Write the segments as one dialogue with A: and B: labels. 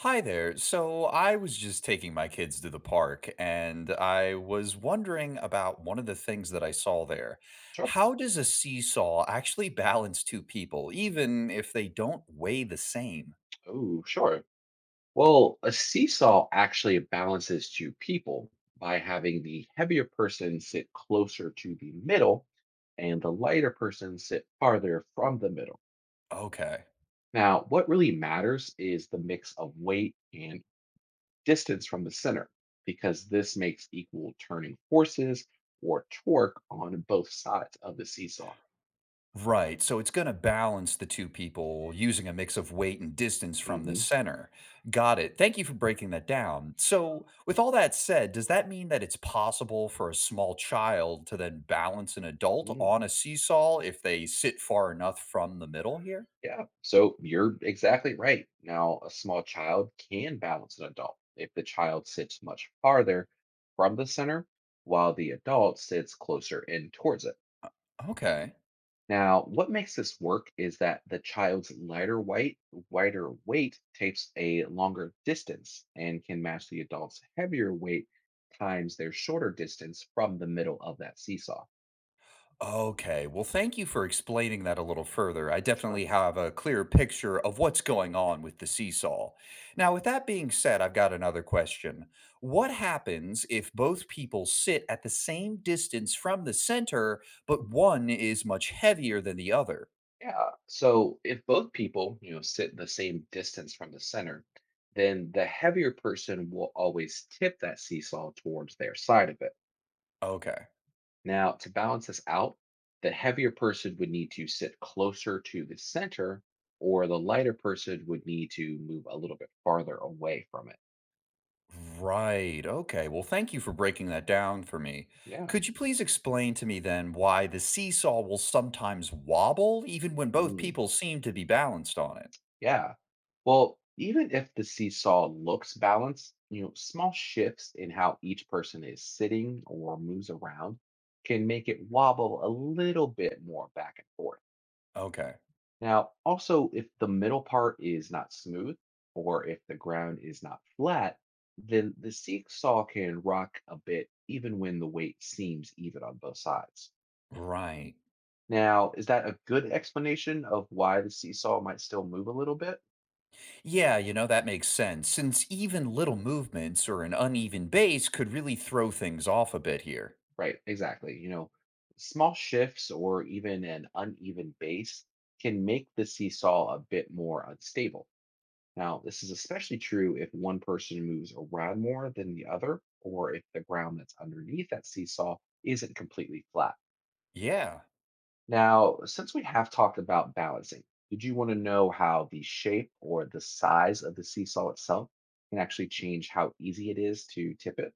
A: Hi there. So I was just taking my kids to the park and I was wondering about one of the things that I saw there.
B: Sure.
A: How does a seesaw actually balance two people, even if they don't weigh the same?
B: Oh, sure. Well, a seesaw actually balances two people by having the heavier person sit closer to the middle and the lighter person sit farther from the middle.
A: Okay.
B: Now, what really matters is the mix of weight and distance from the center, because this makes equal turning forces or torque on both sides of the seesaw.
A: Right, so it's gonna balance the 2 people using a mix of weight and distance from the
B: Hmm.
A: center. Got it. Thank you for breaking that down. So, with all that said, does that mean that it's possible for a small child to then balance an adult on a seesaw if they sit far enough from the middle here?
B: Yeah, so you're exactly right. Now, a small child can balance an adult if the child sits much farther from the center while the adult sits closer in towards it.
A: Okay.
B: Now, what makes this work is that the child's lighter weight, wider weight takes a longer distance and can match the adult's heavier weight times their shorter distance from the middle of that seesaw.
A: Okay. Well, thank you for explaining that a little further. I
B: Sure.
A: definitely have a clear picture of what's going on with the seesaw. Now, with that being said, I've got another question. What happens if both people sit at the same distance from the center, but one is much heavier than the other?
B: Yeah. So if both people, sit the same distance from the center, then the heavier person will always tip that seesaw towards their side of it.
A: Okay.
B: Now, to balance this out, the heavier person would need to sit closer to the center, or the lighter person would need to move a little bit farther away from it.
A: Right. Okay. Well, thank you for breaking that down for me.
B: Yeah.
A: Could you please explain to me then why the seesaw will sometimes wobble even when both
B: Mm.
A: people seem to be balanced on it?
B: Yeah. Well, even if the seesaw looks balanced, small shifts in how each person is sitting or moves around can make it wobble a little bit more back and forth.
A: Okay.
B: Now, also, if the middle part is not smooth or if the ground is not flat, then the seesaw can rock a bit even when the weight seems even on both sides.
A: Right.
B: Now, is that a good explanation of why the seesaw might still move a little bit?
A: Yeah, you know, that makes sense, since even little movements or an uneven base could really throw things off a bit here.
B: Right, exactly. Small shifts or even an uneven base can make the seesaw a bit more unstable. Now, this is especially true if one person moves around more than the other, or if the ground that's underneath that seesaw isn't completely flat.
A: Yeah.
B: Now, since we have talked about balancing, did you want to know how the shape or the size of the seesaw itself can actually change how easy it is to tip it?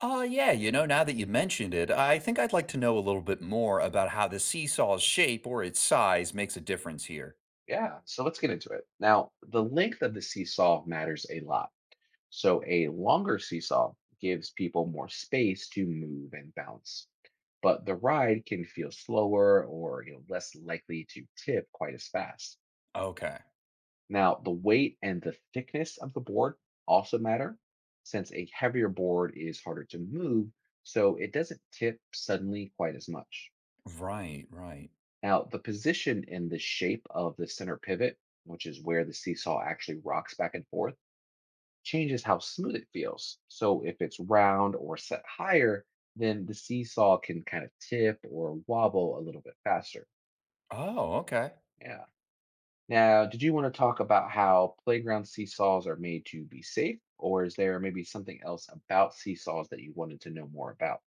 A: Yeah, you know, now that you mentioned it, I think I'd like to know a little bit more about how the seesaw's shape or its size makes a difference here.
B: Yeah, so let's get into it. Now, the length of the seesaw matters a lot. So, a longer seesaw gives people more space to move and bounce, but the ride can feel slower or less likely to tip quite as fast.
A: Okay.
B: Now, the weight and the thickness of the board also matter, since a heavier board is harder to move, so it doesn't tip suddenly quite as much.
A: Right, right.
B: Now, the position and the shape of the center pivot, which is where the seesaw actually rocks back and forth, changes how smooth it feels. So if it's round or set higher, then the seesaw can kind of tip or wobble a little bit faster.
A: Oh, okay.
B: Yeah. Now, did you want to talk about how playground seesaws are made to be safe, or is there maybe something else about seesaws that you wanted to know more about?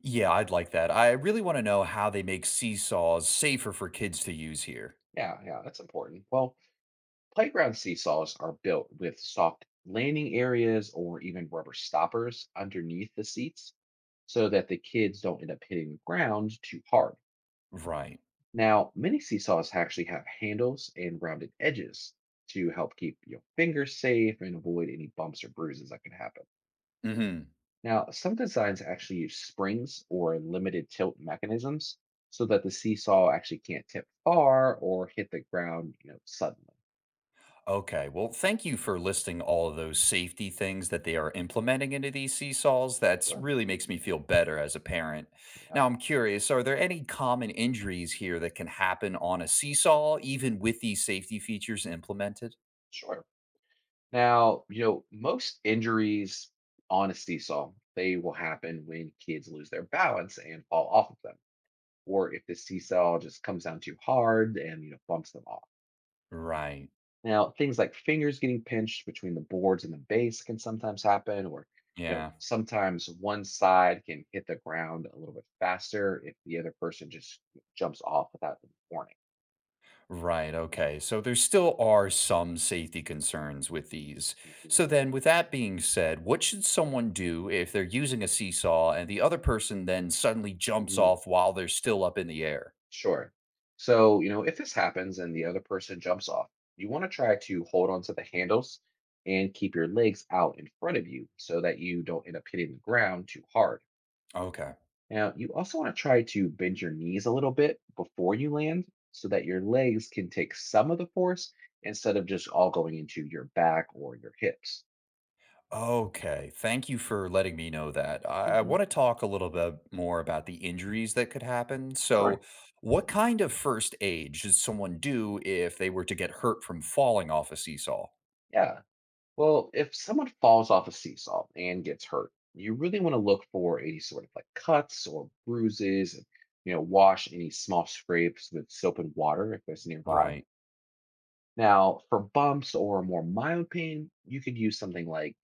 A: Yeah, I'd like that. I really want to know how they make seesaws safer for kids to use here.
B: Yeah, yeah, that's important. Well, Playground seesaws are built with soft landing areas or even rubber stoppers underneath the seats so that the kids don't end up hitting the ground too hard.
A: Right.
B: Now, many seesaws actually have handles and rounded edges to help keep your fingers safe and avoid any bumps or bruises that can happen.
A: Mm hmm.
B: Now, some designs actually use springs or limited tilt mechanisms so that the seesaw actually can't tip far or hit the ground, suddenly.
A: Okay. Well, thank you for listing all of those safety things that they are implementing into these seesaws. That's
B: Sure.
A: really makes me feel better as a parent.
B: Uh,
A: Now, I'm curious, are there any common injuries here that can happen on a seesaw even with these safety features implemented?
B: sure. Now, most injuries on a seesaw, they will happen when kids lose their balance and fall off of them, or if the seesaw just comes down too hard and, bumps them off.
A: Right.
B: Now, things like fingers getting pinched between the boards and the base can sometimes happen, or,
A: Yeah.
B: sometimes one side can hit the ground a little bit faster if the other person just jumps off without any warning.
A: Right. Okay. So there still are some safety concerns with these.
B: Mhm.
A: So then, with that being said, what should someone do if they're using a seesaw and the other person then suddenly jumps
B: Mhm.
A: off while they're still up in the air?
B: Sure. So, if this happens and the other person jumps off, you want to try to hold on to the handles and keep your legs out in front of you so that you don't end up hitting the ground too hard.
A: Okay.
B: Now, you also want to try to bend your knees a little bit before you land so that your legs can take some of the force instead of just all going into your back or your hips.
A: Okay. Thank you for letting me know that. I
B: Hmm.
A: want to talk a little bit more about the injuries that could happen.
B: Sure.
A: So, what kind of first aid should someone do if they were to get hurt from falling off a seesaw?
B: Yeah. Well, if someone falls off a seesaw and gets hurt, you really want to look for any sort of like cuts or bruises and, wash any small scrapes with soap and water if there's nearby.
A: Right.
B: Now, for bumps or more mild pain, you could use something like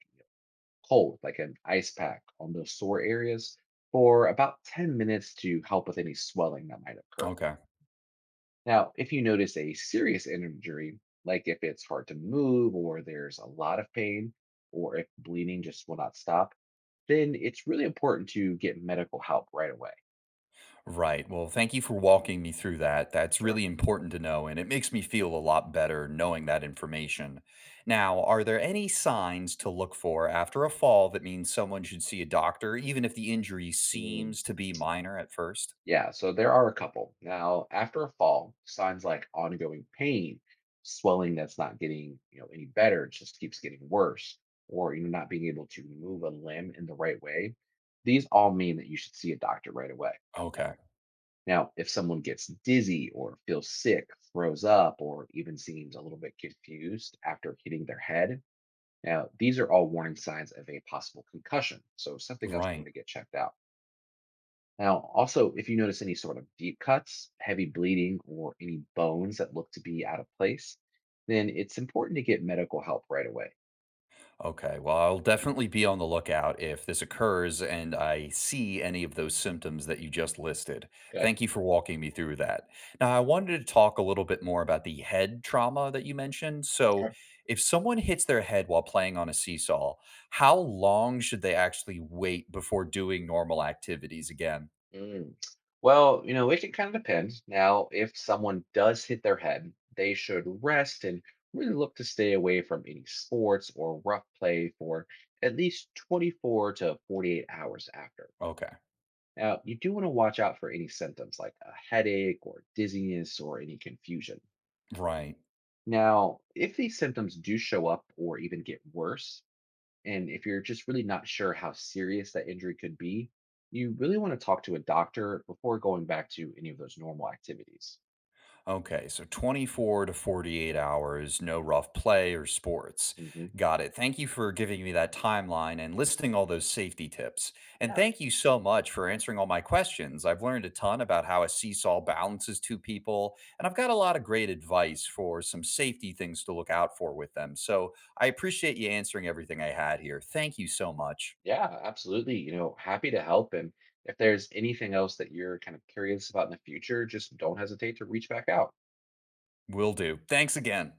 B: cold, like an ice pack on those sore areas for about 10 minutes to help with any swelling that might occur.
A: Okay.
B: Now, if you notice a serious injury, like if it's hard to move or there's a lot of pain, or if bleeding just will not stop, then it's really important to get medical help right away.
A: Right. Well, thank you for walking me through that. That's
B: Sure.
A: really important to know, and it makes me feel a lot better knowing that information. Now, are there any signs to look for after a fall that means someone should see a doctor, even if the injury
B: Mm,
A: seems to be minor at first?
B: yeah, so there are a couple. Now, after a fall, signs like ongoing pain, swelling that's not getting, any better, it just keeps getting worse, or not being able to move a limb in the right way, these all mean that you should see a doctor right away.
A: Okay.
B: Now, if someone gets dizzy or feels sick, throws up, or even seems a little bit confused after hitting their head, now these are all warning signs of a possible concussion. So, something else you want
A: Right.
B: to get checked out. Now, also, if you notice any sort of deep cuts, heavy bleeding, or any bones that look to be out of place, then it's important to get medical help right away.
A: Okay. Well, I'll definitely be on the lookout if this occurs and I see any of those symptoms that you just listed.
B: Good.
A: Thank you for walking me through that. Now, I wanted to talk a little bit more about the head trauma that you mentioned. So, if someone hits their head while playing on a seesaw, how long should they actually wait before doing normal activities again?
B: Mm. Well, it can kind of depend. Now, if someone does hit their head, they should rest and really look to stay away from any sports or rough play for at least 24 to 48 hours after.
A: Okay.
B: Now, you do want to watch out for any symptoms like a headache or dizziness or any confusion.
A: Right.
B: Now, if these symptoms do show up or even get worse, and if you're just really not sure how serious that injury could be, you really want to talk to a doctor before going back to any of those normal activities.
A: Okay, so 24 to 48 hours, no rough play or sports.
B: Hmm.
A: Got it. Thank you for giving me that timeline and listing all those safety tips. And
B: Yeah,
A: thank you so much for answering all my questions. I've learned a ton about how a seesaw balances two people, and I've got a lot of great advice for some safety things to look out for with them. So I appreciate you answering everything I had here. Thank you so much.
B: yeah, absolutely. Happy to help. And if there's anything else that you're kind of curious about in the future, just don't hesitate to reach back out.
A: Will do. Thanks again.